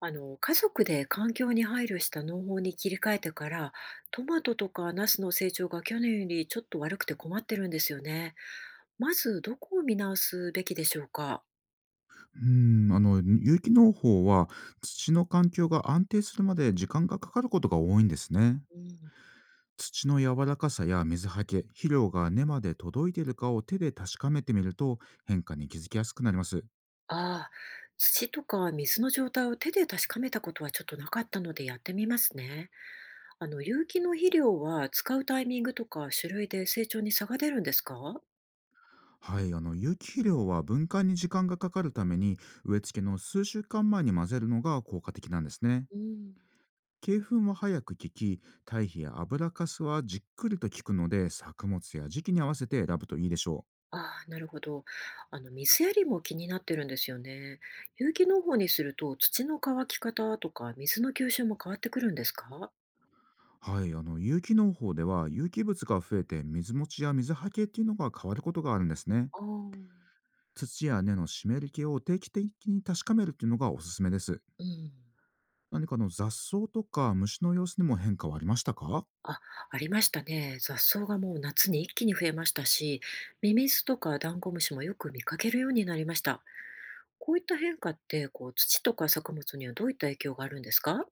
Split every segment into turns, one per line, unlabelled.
家族で環境に配慮した農法に切り替えてから、トマトとかナスの成長が去年よりちょっと悪くて困ってるんですよね。まず、どこを見直すべきでしょうか。
うん、有機農法は土の環境が安定するまで時間がかかることが多いんですね。
うん。
土の柔らかさや水はけ、肥料が根まで届いているかを手で確かめてみると変化に気づきやすくなります。
ああ、土とか水の状態を手で確かめたことはちょっとなかったのでやってみますね。有機の肥料は使うタイミングとか種類で成長に差が出るんですか？
はい、有機肥料は分解に時間がかかるために植え付けの数週間前に混ぜるのが効果的なんですね。
うん。
鶏粉は早く効き、堆肥や油かすはじっくりと効くので、作物や時期に合わせて選ぶといいでしょう。
ああ、なるほど。水やりも気になってるんですよね。有機農法にすると、土の乾き方とか、水の吸収も変わってくるんですか？
はい、有機農法では有機物が増えて水持ちや水はけっていうのが変わることがあるんですね。
ああ、
土や根の湿り気を定期的に確かめるっていうのがおすすめです。
うん。
何か雑草とか虫の様子にも変化はありましたか？
あ、ありましたね。雑草がもう夏に一気に増えましたし、ミミズとかダンゴムシもよく見かけるようになりました。こういった変化って、こう、土とか作物にはどういった影響があるんですか？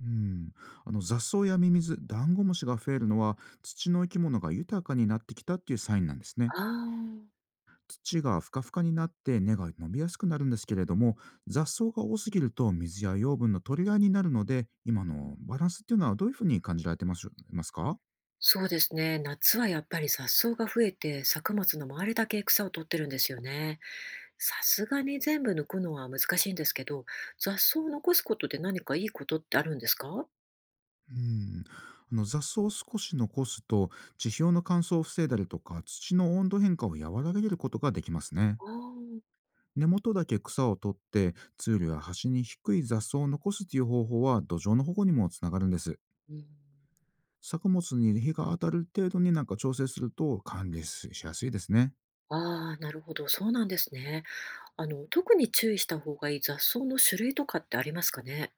うん、雑草やミミズ、ダンゴムシが増えるのは土の生き物が豊かになってきたっていうサインなんですね。
ああ。
土がふかふかになって根が伸びやすくなるんですけれども、雑草が多すぎると水や養分の取り合いになるので、今のバランスっていうのはどういうふうに感じられてますか？
そうですね。夏はやっぱり雑草が増えて、作物の周りだけ草を取ってるんですよね。さすがに全部抜くのは難しいんですけど、雑草を残すことで何かいいことってあるんですか？
うん、雑草を少し残すと地表の乾燥を防いだりとか土の温度変化を和らげることができますね。
ああ、
根元だけ草を取って、通路や端に低い雑草を残すという方法は土壌の保護にもつながるんです。
うん。
作物に日が当たる程度になんか調整すると管理しやすいですね。
ああ、なるほど、そうなんですね。特に注意した方がいい雑草の種類とかってありますかね？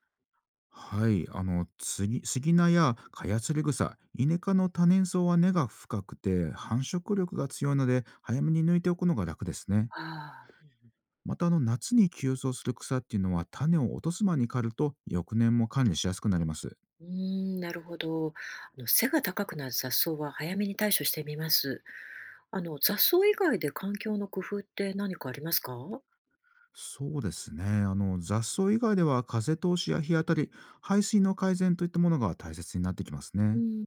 はい、スギナやカヤツリ草、イネ科の多年草は根が深くて繁殖力が強いので、早めに抜いておくのが楽ですね。
ああ、
また夏に急増する草っていうのは、種を落とす間に刈ると翌年も管理しやすくなります。
うーん、なるほど。背が高くなる雑草は早めに対処してみます。雑草以外で環境の工夫って何かありますか？
そうですね。雑草以外では風通しや日当たり、排水の改善といったものが大切になってきます
う
ね。
ん、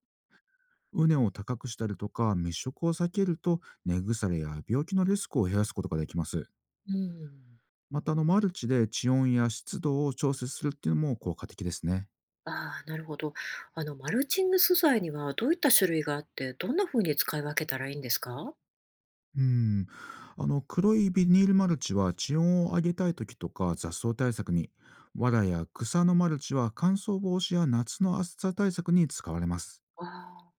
畝を高くしたりとか密植を避けると、根腐れや病気のリスクを減らすことができます。
うん。
またマルチで地温や湿度を調節するっていうのも効果的ですね。
ああ、なるほど。マルチング素材にはどういった種類があって、どんな風に使い分けたらいいんですか？
うん。黒いビニールマルチは地温を上げたい時とか雑草対策に、藁や草のマルチは乾燥防止や夏の暑さ対策に使われます。
ああ。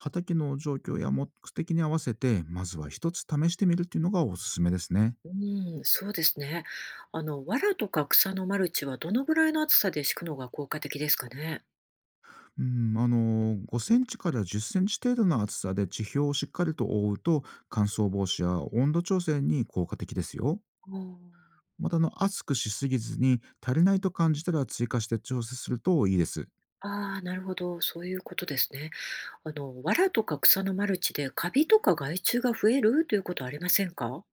畑の状況や目的に合わせて、まずは一つ試してみるっていうのがおすすめですね。
うん、そうですね。藁とか草のマルチはどのぐらいの厚さで敷くのが効果的ですかね？
うん、5センチから10センチ程度の厚さで地表をしっかりと覆うと、乾燥防止や温度調整に効果的ですよ。また熱くしすぎずに、足りないと感じたら追加して調整するといいです。
ああ、なるほど、そういうことですね。藁とか草のマルチでカビとか害虫が増えるということはありませんか？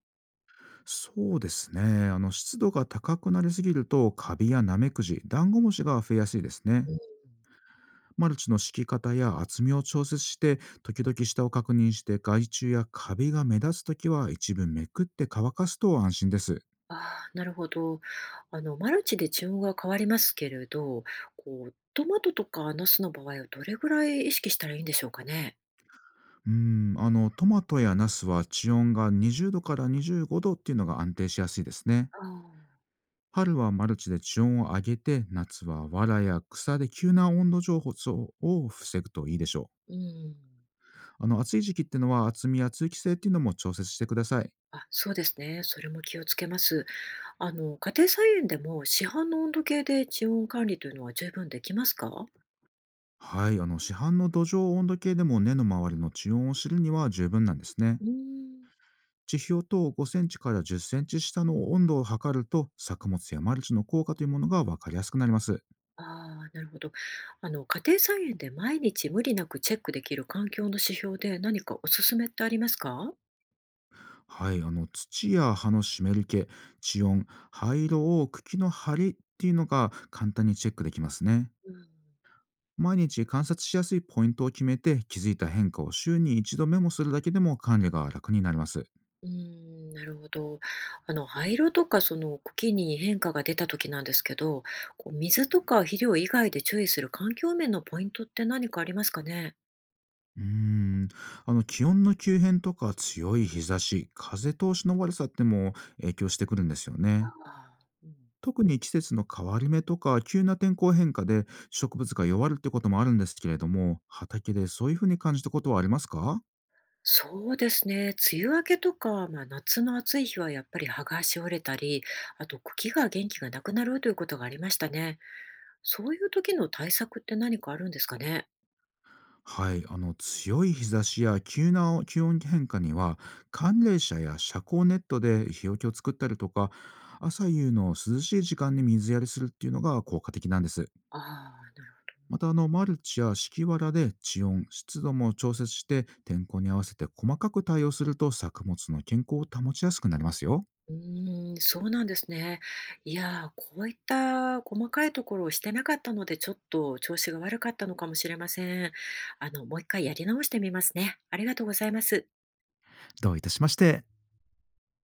そうですね。湿度が高くなりすぎるとカビやナメクジ、ダンゴムシが増えやすいですね。マルチの敷き方や厚みを調節して、時々下を確認して、害虫やカビが目立つときは一部めくって乾かすと安心です。
ああ、なるほど。マルチで気温が変わりますけれど、こう、トマトとかナスの場合はどれぐらい意識したらいいんでしょうかね？
うーん、トマトやナスは地温が20度から25度っていうのが安定しやすいですね。
ああ。
春はマルチで地温を上げて、夏は藁や草で急な温度上昇を防ぐといいでしょ
うん。
う。暑い時期ってのは厚みや通気性っていうのも調節してください。
あ、そうですね。それも気をつけます。家庭菜園でも市販の温度計で地温管理というのは十分できますか？
はい、市販の土壌温度計でも根の周りの地温を知るには十分なんですね。
うーん。
地表と5センチから10センチ下の温度を測ると、作物やマルチの効果というものが分かりやすくなります。
ああ、なるほど。家庭菜園で毎日無理なくチェックできる環境の指標で何かおすすめってありますか？
はい、土や葉の湿り気、地温、灰色を茎の張りっていうのが簡単にチェックできますね。
うん。
毎日観察しやすいポイントを決めて、気づいた変化を週に一度メモするだけでも管理が楽になります。
うーん、なるほど。灰色とかその茎に変化が出た時なんですけど、こう水とか肥料以外で注意する環境面のポイントって何かありますかね？
うーん、気温の急変とか強い日差し、風通しの悪さっても影響してくるんですよね。
ああ、うん。
特に季節の変わり目とか急な天候変化で植物が弱るってこともあるんですけれども、畑でそういうふうに感じたことはありますか？
そうですね。梅雨明けとか、まあ、夏の暑い日はやっぱり葉がしおれたり、あと茎が元気がなくなるということがありましたね。そういう時の対策って何かあるんですかね？
はい、強い日差しや急な気温変化には寒冷車や遮光ネットで日よけを作ったりとか、朝夕の涼しい時間に水やりするっていうのが効果的なんです。
ああー、なる。
またマルチや敷きわらで地温湿度も調節して、天候に合わせて細かく対応すると作物の健康を保ちやすくなりますよ。
うーん、そうなんですね。いやー、こういった細かいところをしてなかったので、ちょっと調子が悪かったのかもしれません。もう一回やり直してみますね。ありがとうございます。
どういたしまして。